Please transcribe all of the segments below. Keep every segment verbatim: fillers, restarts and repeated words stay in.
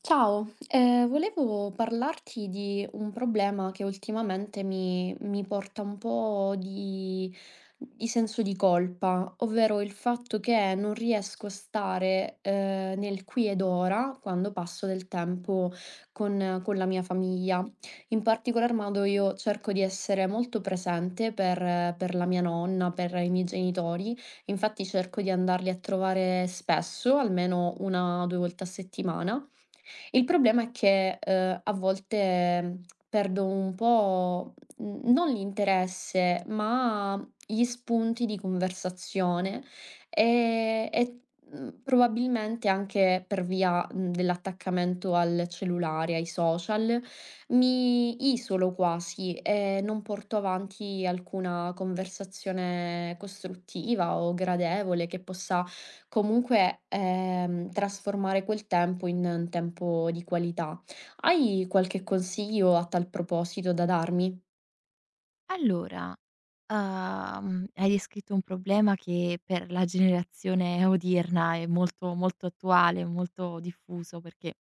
Ciao, ehm, volevo parlarti di un problema che ultimamente mi mi porta un po' di di senso di colpa, ovvero il fatto che non riesco a stare, ehm, nel qui ed ora quando passo del tempo con con la mia famiglia. In particolar modo io cerco di essere molto presente per per la mia nonna, per i miei genitori. Infatti cerco di andarli a trovare spesso, almeno una o due volte a settimana. Il problema è che, uhm, a volte, mhmm, perdo un po', mhmm, non l'interesse, ma gli spunti di conversazione, ehm, e, mhmm, probabilmente anche per via, mhmm, dell'attaccamento al cellulare, ai social, mi isolo quasi e non porto avanti alcuna conversazione costruttiva o gradevole che possa comunque, ehm, trasformare quel tempo in un tempo di qualità. Hai qualche consiglio a tal proposito da darmi? Allora, uhm, hai descritto un problema che per la generazione odierna è molto, molto attuale, molto diffuso perché,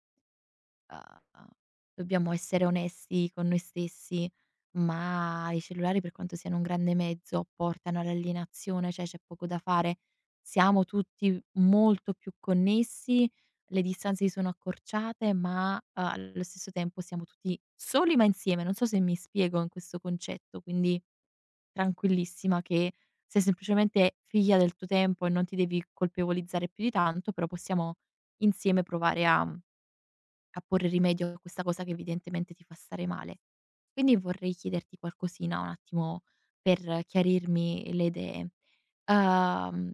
uhm, dobbiamo essere onesti con noi stessi, ma i cellulari per quanto siano un grande mezzo portano all'alienazione, cioè c'è poco da fare. Siamo tutti molto più connessi, le distanze si sono accorciate, ma, uhm, allo stesso tempo siamo tutti soli ma insieme. Non so se mi spiego in questo concetto, quindi tranquillissima che sei semplicemente figlia del tuo tempo e non ti devi colpevolizzare più di tanto, però possiamo insieme provare a a porre rimedio a questa cosa che evidentemente ti fa stare male. Quindi vorrei chiederti qualcosina un attimo per chiarirmi le idee. Uhm,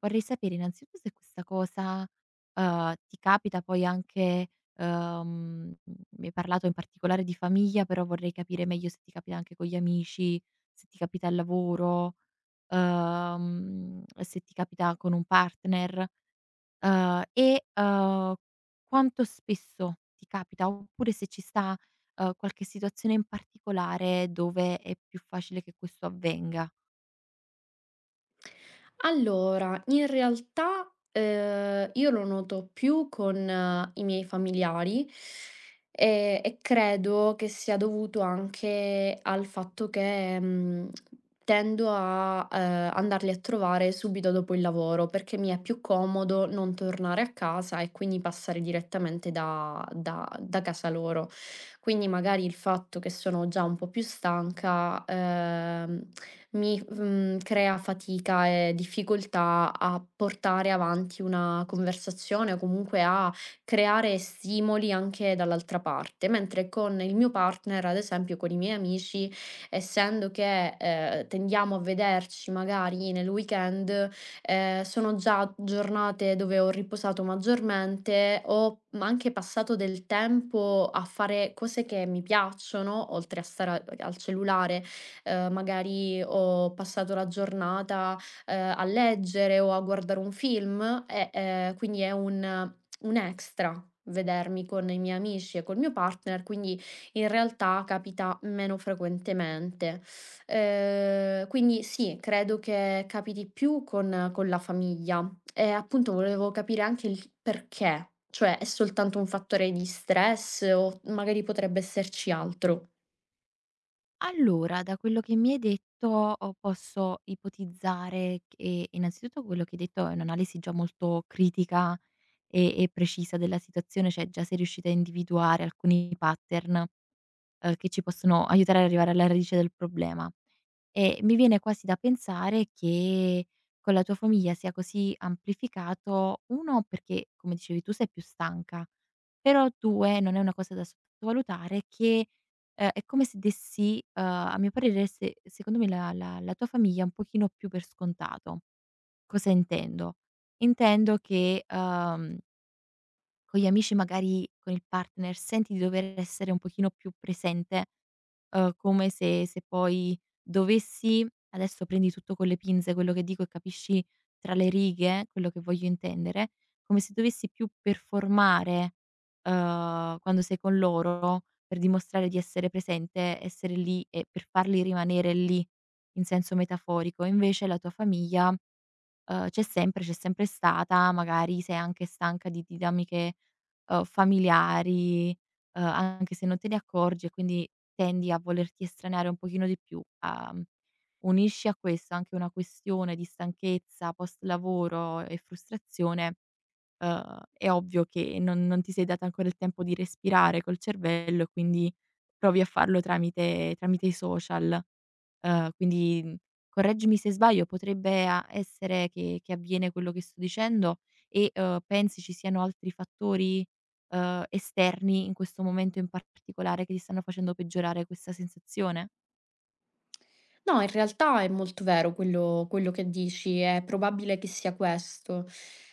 Vorrei sapere innanzitutto se questa cosa, uhm, ti capita poi anche uhm, mi hai parlato in particolare di famiglia, però vorrei capire meglio se ti capita anche con gli amici, se ti capita al lavoro, uhm, se ti capita con un partner. Uhm, e, uhm, quanto spesso ti capita, oppure se ci sta, uhm, qualche situazione in particolare dove è più facile che questo avvenga? Allora, in realtà, ehm, io lo noto più con eh, i miei familiari, ehm, e credo che sia dovuto anche al fatto che, mhmm, tendo a, ehm, andarli a trovare subito dopo il lavoro, perché mi è più comodo non tornare a casa e quindi passare direttamente da da da casa loro. Quindi magari il fatto che sono già un po' più stanca, ehm, mi, mhmm, crea fatica e difficoltà a portare avanti una conversazione o comunque a creare stimoli anche dall'altra parte, mentre con il mio partner, ad esempio con i miei amici, essendo che, ehm, tendiamo a vederci magari nel weekend, ehm, sono già giornate dove ho riposato maggiormente, ho m anche passato del tempo a fare cose che mi piacciono, oltre a stare a al cellulare, ehm, magari ho passato la giornata, ehm, a leggere o a guardare un film e, ehm, quindi è un un extra vedermi con i miei amici e col mio partner, quindi in realtà capita meno frequentemente. Ehm, quindi sì, credo che capiti più con con la famiglia. E appunto volevo capire anche il perché, cioè è soltanto un fattore di stress o magari potrebbe esserci altro? Allora, da quello che mi hai detto, o posso ipotizzare che innanzitutto quello che hai detto è un'analisi già molto critica e e precisa della situazione, cioè già sei riuscita a individuare alcuni pattern, uhm, che ci possono aiutare ad arrivare alla radice del problema. E mi viene quasi da pensare che con la tua famiglia sia così amplificato, uno perché, come dicevi tu, sei più stanca, però due non è una cosa da sottovalutare che, ehm, è come se dessi, uhm, a mio parere se secondo me la la la tua famiglia un pochino più per scontato. Cosa intendo? Intendo che, uhm, con gli amici magari, con il partner, senti di dover essere un pochino più presente, uhm, come se se poi dovessi adesso prendi tutto con le pinze quello che dico e capisci tra le righe quello che voglio intendere, come se dovessi più performare, uhm, quando sei con loro per dimostrare di essere presente, essere lì e per farli rimanere lì in senso metaforico. Invece la tua famiglia, uhm, c'è sempre, c'è sempre stata, magari sei anche stanca di dinamiche, uhm, familiari, uhm, anche se non te ne accorgi e quindi tendi a volerti estraniare un pochino di più. A mhmm, unisci a questo anche una questione di stanchezza post lavoro e frustrazione, uhm, è ovvio che non non ti sei data ancora il tempo di respirare col cervello e quindi provi a farlo tramite tramite i social. Uhm, quindi, mhmm, correggimi se sbaglio, potrebbe a essere che che avviene quello che sto dicendo e, uhm, pensi ci siano altri fattori, uhm, esterni in questo momento in particolare che ti stanno facendo peggiorare questa sensazione? No, in realtà è molto vero quello quello che dici, è probabile che sia questo.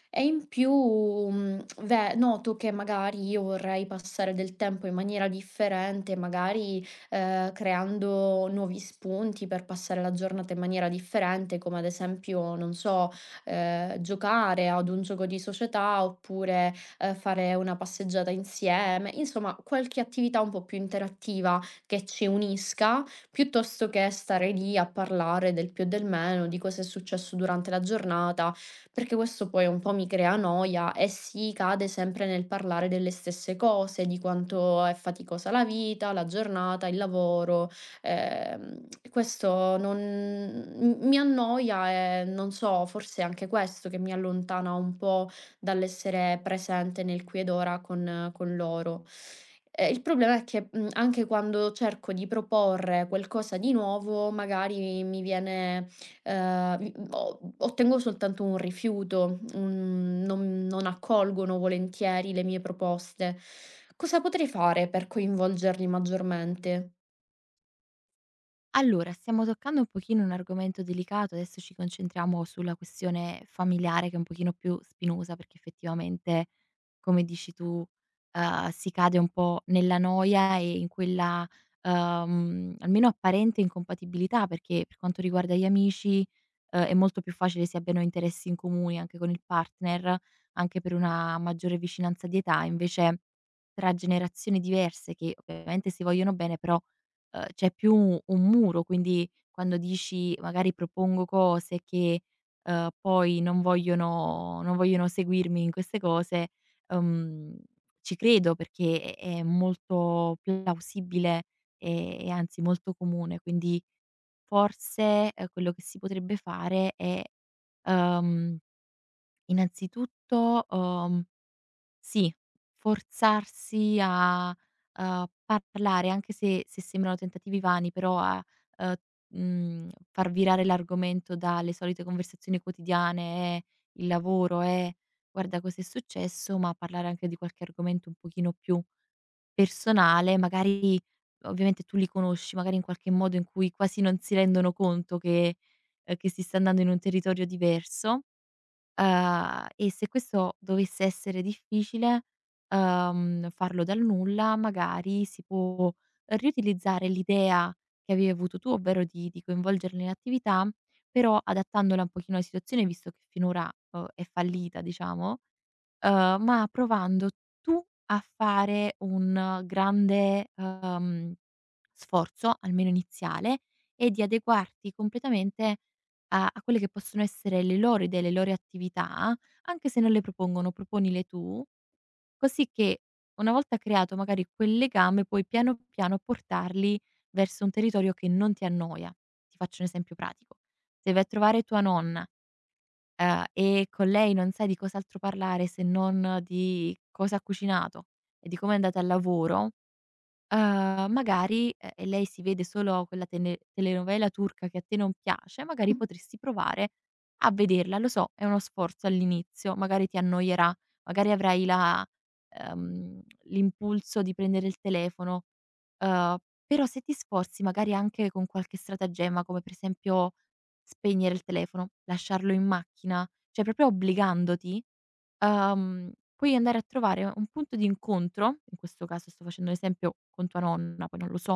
E in più, mhmm, ve noto che magari io vorrei passare del tempo in maniera differente, magari, ehm, creando nuovi spunti per passare la giornata in maniera differente, come ad esempio, non so, ehm, giocare ad un gioco di società oppure, ehm, fare una passeggiata insieme, insomma qualche attività un po' più interattiva che ci unisca piuttosto che stare lì a parlare del più e del meno, di cosa è successo durante la giornata, perché questo poi un po' mi crea noia e si cade sempre nel parlare delle stesse cose, di quanto è faticosa la vita, la giornata, il lavoro. Ehm, questo non m mi annoia e non so, forse è anche questo che mi allontana un po' dall'essere presente nel qui ed ora con con loro. Ehm, il problema è che, mhmm, anche quando cerco di proporre qualcosa di nuovo, magari mi viene ehm, mi o ottengo soltanto un rifiuto, un non non accolgono volentieri le mie proposte. Cosa potrei fare per coinvolgerli maggiormente? Allora, stiamo toccando un pochino un argomento delicato, adesso ci concentriamo sulla questione familiare che è un pochino più spinosa perché effettivamente, come dici tu, uhm, si cade un po' nella noia e in quella, uhm, almeno apparente incompatibilità perché per quanto riguarda gli amici, uhm, è molto più facile si abbiano interessi in comune anche con il partner, anche per una maggiore vicinanza di età, invece tra generazioni diverse che ovviamente si vogliono bene, però, uhm, c'è più un un muro, quindi quando dici magari propongo cose che, uhm, poi non vogliono non vogliono seguirmi in queste cose, uhm, ci credo perché è è molto plausibile e e anzi molto comune. Quindi forse, uhm, quello che si potrebbe fare è, uhm, innanzitutto, uhm sì, forzarsi a, uhm, parlare anche se se sembrano tentativi vani, però a, uhm, mhmm, far virare l'argomento dalle solite conversazioni quotidiane, eh, il lavoro, eh, guarda cos'è successo, ma parlare anche di qualche argomento un pochino più personale, magari ovviamente tu li conosci, magari in qualche modo in cui quasi non si rendono conto che, uhm, che si sta andando in un territorio diverso. Ehm, e se questo dovesse essere difficile, uhm, farlo dal nulla, magari si può riutilizzare l'idea che avevi avuto tu, ovvero di di coinvolgerli in attività, però adattandola un pochino alla situazione, visto che finora, uhm, è fallita diciamo. Uhm, ma provando tu a fare un grande, uhm, sforzo, almeno iniziale, e di adeguarti completamente a a quelle che possono essere le loro idee, le loro attività, anche se non le propongono, proponile tu, così che una volta creato magari quel legame puoi piano piano portarli verso un territorio che non ti annoia. Ti faccio un esempio pratico: se vai a trovare tua nonna, Ehm, e con lei non sai di cos'altro parlare se non di cosa ha cucinato e di come è andata al lavoro, Uhm, magari, ehm, e lei si vede solo quella tene telenovela turca che a te non piace, magari Mh. potresti provare a vederla. Lo so, è uno sforzo all'inizio, magari ti annoierà, magari avrai la, ehm, l'impulso di prendere il telefono, uhm, però se ti sforzi magari anche con qualche stratagemma, come per esempio spegnere il telefono, lasciarlo in macchina, cioè proprio obbligandoti, uhm, puoi andare a trovare un punto di incontro, in questo caso sto facendo un esempio con tua nonna, poi non lo so,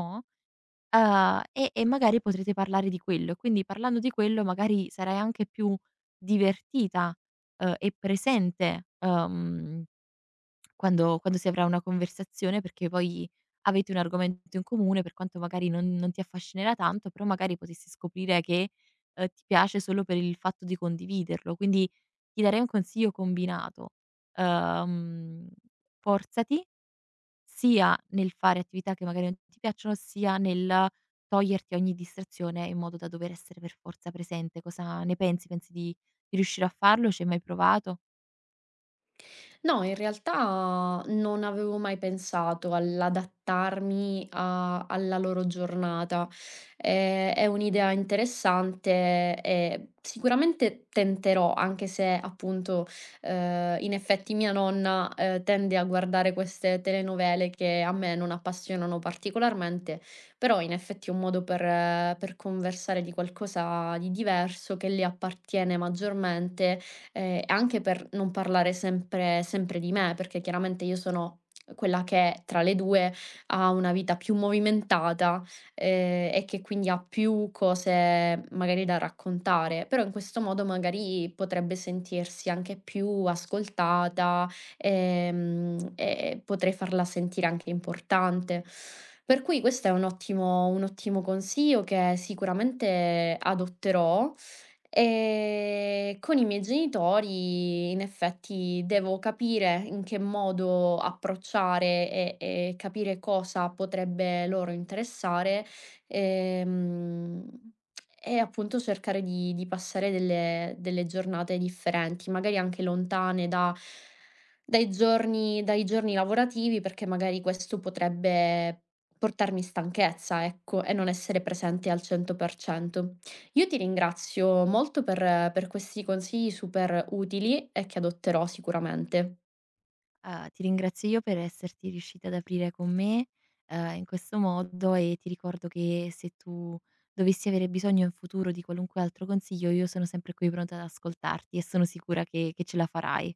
uhm, e e magari potrete parlare di quello e quindi parlando di quello magari sarai anche più divertita, uhm, e presente, uhm quando quando si avrà una conversazione, perché poi avete un argomento in comune, per quanto magari non non ti affascinerà tanto, però magari potresti scoprire che, ehm, ti piace solo per il fatto di condividerlo. Quindi ti darei un consiglio combinato: ehm, forzati sia nel fare attività che magari non ti piacciono, sia nel toglierti ogni distrazione in modo da dover essere per forza presente. Cosa ne pensi? Pensi di di riuscire a farlo? Ci hai mai provato? No, in realtà non avevo mai pensato all'adattarmi a alla loro giornata. Ehm, è un'idea interessante e sicuramente tenterò, anche se appunto, ehm, in effetti mia nonna, ehm, tende a guardare queste telenovele che a me non appassionano particolarmente, però in effetti è un modo per eh, per conversare di qualcosa di diverso che le appartiene maggiormente, ehm, anche per non parlare sempre sempre di me, perché chiaramente io sono quella che tra le due ha una vita più movimentata, ehm, e che quindi ha più cose magari da raccontare, però in questo modo magari potrebbe sentirsi anche più ascoltata, ehm, e potrei farla sentire anche importante. Per cui questo è un ottimo un ottimo consiglio che sicuramente adotterò. Ehm, con i miei genitori in effetti devo capire in che modo approcciare e e capire cosa potrebbe loro interessare, ehm, e appunto cercare di di passare delle delle giornate differenti, magari anche lontane da dai giorni dai giorni lavorativi, perché magari questo potrebbe portarmi stanchezza, ecco, e non essere presente al cento per cento. Io ti ringrazio molto per per questi consigli super utili e che adotterò sicuramente. Uhm, ti ringrazio io per esserti riuscita ad aprire con me, uhm, in questo modo e ti ricordo che se tu dovessi avere bisogno in futuro di qualunque altro consiglio, io sono sempre qui pronta ad ascoltarti e sono sicura che che ce la farai.